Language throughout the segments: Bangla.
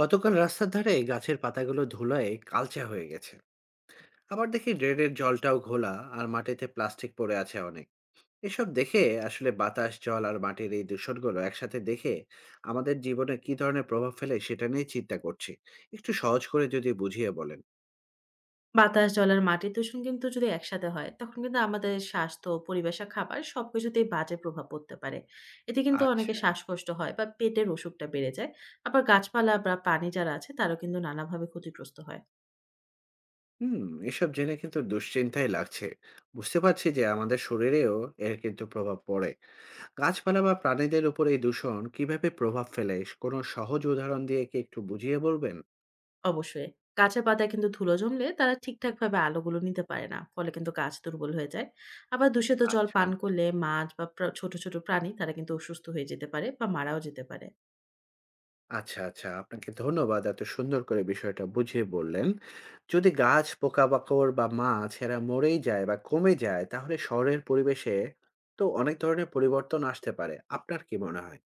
গতকাল রাস্তার ধারে গাছের পাতাগুলো ধুলায় কালচা হয়ে গেছে। আবার দেখি ড্রেনের জলটাও ঘোলা। আর মাটিতে প্লাস্টিক পড়ে আছে অনেক। এসব দেখে, আসলে বাতাস জল আর মাটির এই দূষণগুলো একসাথে দেখে আমাদের জীবনে কি ধরনের প্রভাব ফেলে সেটা নিয়ে চিন্তা করছি। একটু সহজ করে যদি বুঝিয়ে বলেন। বাতাস, জল আর মাটির দূষণ কিন্তু যদি একসাথে হয়, তখন কিন্তু আমাদের স্বাস্থ্য, পরিবেশ আর খাবার সবকিছুতেই বাজে প্রভাব পড়তে পারে। এতে কিন্তু অনেকের আচ্ছা। শ্বাসকষ্ট হয় বা পেটের অসুখটা বেড়ে যায়। আবার গাছপালা বা পানি যারা আছে, তারাও কিন্তু নানাভাবে ক্ষতিগ্রস্ত হয়। হুম। এসব জেনে কিন্তু দুশ্চিন্তাই লাগছে। বুঝতে পারছি যে আমাদের শরীরেও এর কিন্তু প্রভাব পড়ে। গাছপালা বা প্রাণীদের উপর এই দূষণ কিভাবে প্রভাব ফেলে, কোনো সহজ উদাহরণ দিয়ে কি একটু বুঝিয়ে বলবেন? অবশ্যই গাছের পাতায় কিন্তু ধুলো জমলে তারা ঠিকঠাকভাবে আলোগুলো নিতে পারে না। ফলে কিন্তু গাছ দুর্বল হয়ে যায়। আবার দূষিত জল আচ্ছা, পান করলে মাছ বা ছোট প্রাণী তারা কিন্তু অসুস্থ হয়ে যেতে পারে বা মারাও যেতে পারে। আচ্ছা। আপনাকে ধন্যবাদ এত সুন্দর করে বিষয়টা বুঝিয়ে বললেন। যদি গাছ, পোকামাকড় বা মাছ এরা মরেই যায় বা কমে যায় তাহলে শহরের পরিবেশে তো অনেক ধরনের পরিবর্তন আসতে পারে। আপনার কি মনে হয়?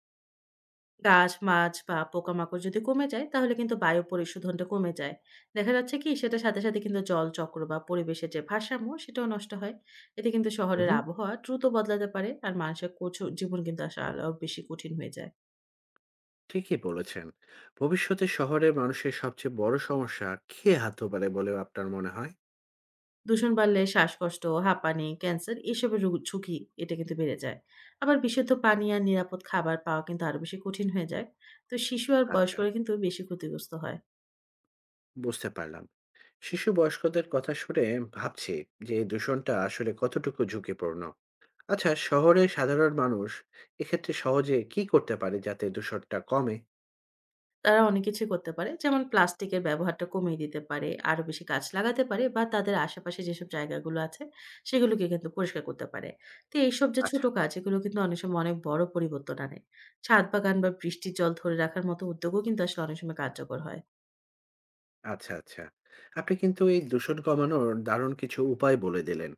গাছ, মাছ বা পোকামাকড় যদি কমে যায় তাহলে কিন্তু বায়ু পরিশোধনটা কমে যায়। দেখা যাচ্ছে কি সেটার সাথে কিন্তু জলচক্র বা পরিবেশের যে ভারসাম্য সেটাও নষ্ট হয়। এতে কিন্তু শহরের উহু, আবহাওয়া দ্রুত বদলাতে পারে আর মানুষের কঠো জীবন কিন্তু আসলে আরো বেশি কঠিন হয়ে যায়। ঠিকই বলেছেন। ভবিষ্যতে শহরের মানুষের সবচেয়ে বড় সমস্যা কে হতে পারে বলেও আপনার মনে হয়? দূষণ বাড়লে শ্বাসকষ্ট, হাঁপানি, ক্যান্সার এসবের ঝুঁকি এটা কিন্তু বেড়ে যায়। আবার বিশুদ্ধ পানি আর নিরাপদ খাবার পাওয়া কিন্তু আরো বেশি কঠিন হয়ে যায়। তো শিশু আর আচ্ছা, বয়স্করা কিন্তু বেশি ক্ষতিগ্রস্ত হয়। বুঝতে পারলাম। শিশু বয়স্কদের কথা শুনে ভাবছি যে এই দূষণটা আসলে কতটুকু ঝুঁকিপূর্ণ। আচ্ছা, শহরে সাধারণ মানুষ এক্ষেত্রে সহজে কি করতে পারে যাতে দূষণটা কমে? তারা অনেক কিছুই করতে পারে। যেমন প্লাস্টিকের ব্যবহারটা কমিয়ে দিতে পারে, আরো বেশি গাছ লাগাতে পারে বা তাদের আশেপাশে যেসব জায়গাগুলো আছে সেগুলোকে কিন্তু পরিষ্কার করতে পারে। তো এইসব যে আচ্ছা, ছোট কাজ এগুলো কিন্তু অনেক সময় অনেক বড় পরিবর্তন আনে। ছাদ বাগান বা বৃষ্টির জল ধরে রাখার মতো উদ্যোগও কিন্তু আসলে অনেক সময় কার্যকর হয়। আচ্ছা। আপনি কিন্তু এই দূষণ কমানোর দারুণ কিছু উপায় বলে দিলেন।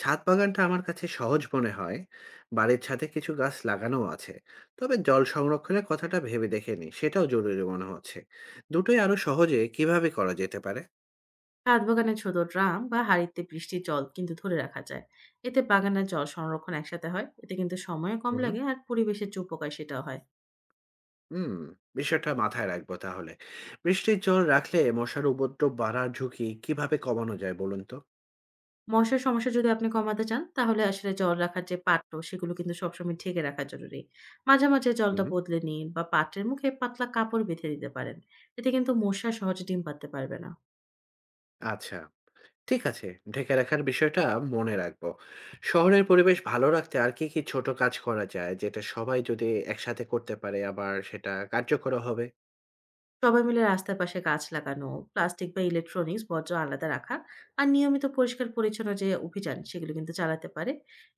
ছাদ বাগানটা আমার কাছে সহজ মনে হয়। বাড়ির ছাদে কিছু গাছ লাগানো আছে। তবে জল সংরক্ষণের কথাটা ভেবে দেখিনি। সেটাও জরুরি মনে হচ্ছে। দুটোই আরো সহজে কিভাবে করা যেতে পারে? ছাদ বাগানে ছোট ড্রাম বা হাঁড়িতে বৃষ্টির জল কিন্তু ধরে রাখা যায়। এতে বাগানের জল সংরক্ষণ একসাথে হয়। এতে কিন্তু সময়ও কম হুম, হুম। লাগে আর পরিবেশের যে উপকার সেটাও হয়। হুম, বিষয়টা মাথায় রাখবো তাহলে। বৃষ্টির জল রাখলে মশার উপদ্রব বাড়ার ঝুঁকি কিভাবে কমানো যায় বলুন তো? মশার সমস্যা যদি আপনি কমাতে চান, তাহলে আসলে জল রাখার যে পাত্র, সেগুলো কিন্তু সবসময় ঢেকে রাখা জরুরি। মাঝে মাঝে হুম, জলটা হুম। বদলে নিন বা পাত্রের মুখে পাতলা কাপড় বেঁধে দিতে পারেন। এতে কিন্তু মশা সহজে ডিম পাড়তে পারবে না। আচ্ছা, ঠিক আছে। ঢেকে রাখার বিষয়টা মনে রাখবো। শহরের পরিবেশ ভালো রাখতে আর কি কি ছোট কাজ করা যায়, যেটা সবাই যদি একসাথে করতে পারে, আবার সেটা কার্যকরও হবে? সবাই মিলে রাস্তার পাশে গাছ লাগানো, প্লাস্টিক বা ইলেকট্রনিক্স বর্জ্য আলাদা রাখা আর নিয়মিত পরিষ্কার-পরিচ্ছন্ন যে অভিযান, সেগুলো কিন্তু চালাতে পারে।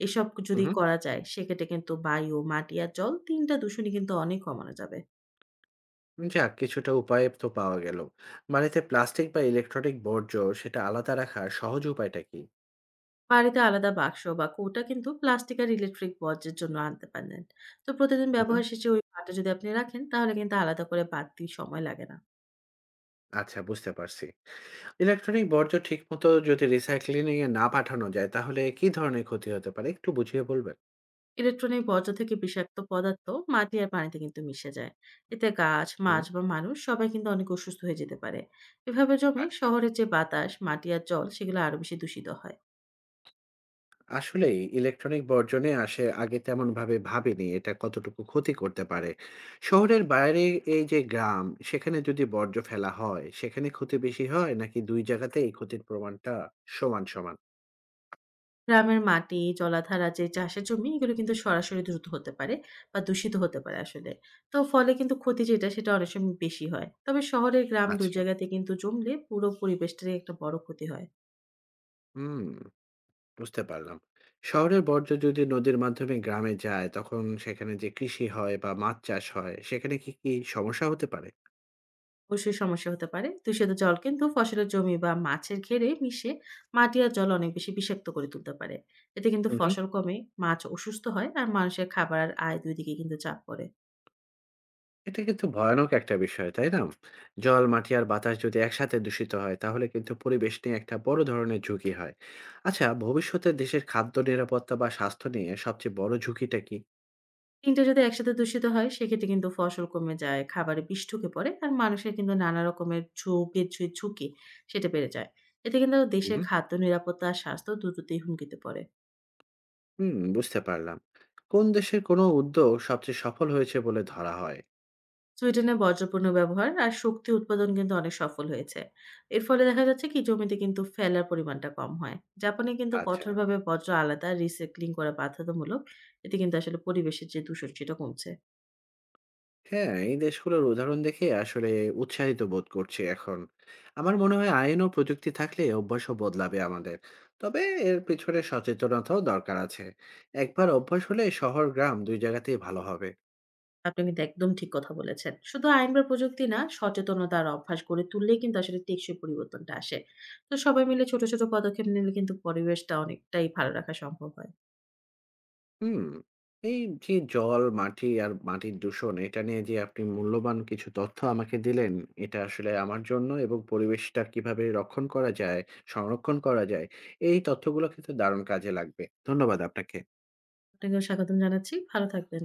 এসব হুম, যদি হুম। করা যায়, সেক্ষেত্রে কিন্তু বায়ু, মাটি আর জল ৩ টা দূষণই কিন্তু অনেক কমানো যাবে। যাক, কিছুটা উপায় তো পাওয়া গেল। বাড়িতে প্লাস্টিক বা ইলেকট্রনিক বর্জ্য, সেটা আলাদা রাখার সহজ উপায়টা কি? বাড়িতে আলাদা বাক্স বা কৌটা কিন্তু প্লাস্টিক আর ইলেকট্রিক বর্জ্যের জন্য আনতে পারেন। তো প্রতিদিন হুম, হুম। ব্যবহার শেষে ওই পাটা যদি আপনি রাখেন তাহলে কিন্তু আলাদা করে বাড়তি সময় লাগে না। আচ্ছা, বুঝতে পারছি। ইলেকট্রনিক বর্জ্য ঠিকমতো যদি রিসাইক্লিং এ না পাঠানো যায়, তাহলে কি ধরনের ক্ষতি হতে পারে? একটু বুঝিয়ে বলবেন? ইলেকট্রনিক বর্জ্য থেকে বিষাক্ত পদার্থ মাটি আর পানিতে কিন্তু মিশে যায়। এতে গাছ হুম। মাছ বা মানুষ সবাই কিন্তু অনেক অসুস্থ হয়ে যেতে পারে। এভাবে জমে শহরের যে বাতাস মাটি আর জল সেগুলো আরো বেশি দূষিত হয়। আসলেই ইলেকট্রনিক বর্জনে আসে আগে তেমন ভাবে ভাবিনি এটা কতটুকু ক্ষতি করতে পারে। শহরের বাইরে এই যে গ্রাম, সেখানে যদি বর্জ্য ফেলা হয় সেখানে ক্ষতি বেশি হয় নাকি দুই জায়গাতে এই ক্ষতির প্রমাণটা সমান সমান? গ্রামের মাটি, জলাধার আর যে চাষের জমি এগুলো কিন্তু সরাসরি দ্রুত হতে পারে বা দূষিত হতে পারে আসলে। তো ফলে কিন্তু ক্ষতি যেটা সেটা অনেক সময় বেশি হয়। তবে শহরের গ্রাম ২ আচ্ছা। জায়গাতে কিন্তু জমলে পুরো পরিবেশটারই একটা বড় ক্ষতি হয়। হুম। বুঝতে পারলাম। শহরের বর্জ্য যদি নদীর মাধ্যমে গ্রামে যায় তখন সেখানে যে কৃষি হয় বা মাছ চাষ হয় সেখানে কি কি সমস্যা হতে পারে? অবশ্যই সমস্যা হতে পারে। দূষিত জল কিন্তু ফসলের জমি বা মাছের ঘেরে মিশে মাটি আর জল অনেক বেশি বিষাক্ত করে তুলতে পারে। এতে কিন্তু হুম। ফসল কমে, মাছ অসুস্থ হয় আর মানুষের খাবার আর আয় ২ দিকে কিন্তু চাপ পড়ে। এটা কিন্তু ভয়ানক একটা বিষয়, তাই না? জল, মাটি আর বাতাস যদি একসাথে দূষিত হয়, তাহলে কিন্তু পরিবেশ নিয়ে একটা বড় ধরনের ঝুঁকি হয়। আচ্ছা, ভবিষ্যতে দেশের খাদ্য নিরাপত্তা বা স্বাস্থ্য নিয়ে সবচেয়ে বড় ঝুঁকিটা কি? কিন্তু যদি একসাথে দূষিত হয় সেক্ষেত্রে কিন্তু ফসল কমে যায়, খাবারে বিষ ঢুকে পড়ে আর মানুষের কিন্তু নানা রকমের ঝোঁকের যে ঝুঁকি সেটা বেড়ে যায়। এতে কিন্তু দেশের হুম, খাদ্য নিরাপত্তা আর স্বাস্থ্য দুটোতেই হুমকিতে পড়ে। হুম, বুঝতে পারলাম। কোন দেশের কোনো উদ্যোগ সবচেয়ে সফল হয়েছে বলে ধরা হয়? সুইডেনে বর্জ্য পণ্য ব্যবহার আর শক্তি উৎপাদন কিন্তু অনেক সফল হয়েছে। এর ফলে দেখা যাচ্ছে কি জমিতে কিন্তু ফেলার পরিমাণটা কম হয়। জাপানে কিন্তু আচ্ছা। কঠোরভাবে বর্জ্য আলাদা রিসাইক্লিং করা বাধ্যতামূলক। এতে কিন্তু আসলে পরিবেশের যে দূষণ সেটা কমছে। হ্যাঁ, এই দেশগুলোর উদাহরণ দেখে আসলে উৎসাহিত বোধ করছি এখন। আমার মনে হয় আইন ও প্রযুক্তি থাকলে অভ্যাসও বদলাবে আমাদের। তবে এর পিছনে সচেতনতাও দরকার আছে। একবার অভ্যাস হলে শহর গ্রাম ২ জায়গাতেই ভালো হবে। আপনি কিন্তু একদম ঠিক কথা বলেছেন। শুধু আইন বা প্রযুক্তি না, সচেতনতা আর অভ্যাস গড়ে তুললেই কিন্তু আসলে টেকসই পরিবর্তনটা আসে। তো সবাই মিলে ছোট ছোট পদক্ষেপ নিলে কিন্তু পরিবেশটা অনেকটাই ভালো রাখা সম্ভব হয়। হুম। এই যে জল, মাটি আর মাটির দূষণ এটা নিয়ে যে আপনি মূল্যবান কিছু তথ্য আমাকে দিলেন, এটা আসলে আমার জন্য এবং পরিবেশটা কিভাবে রক্ষণ করা যায়, সংরক্ষণ করা যায়, এই তথ্যগুলো কিন্তু দারুণ কাজে লাগবে। ধন্যবাদ আপনাকে। আপনাকেও স্বাগতম জানাচ্ছি। ভালো থাকবেন।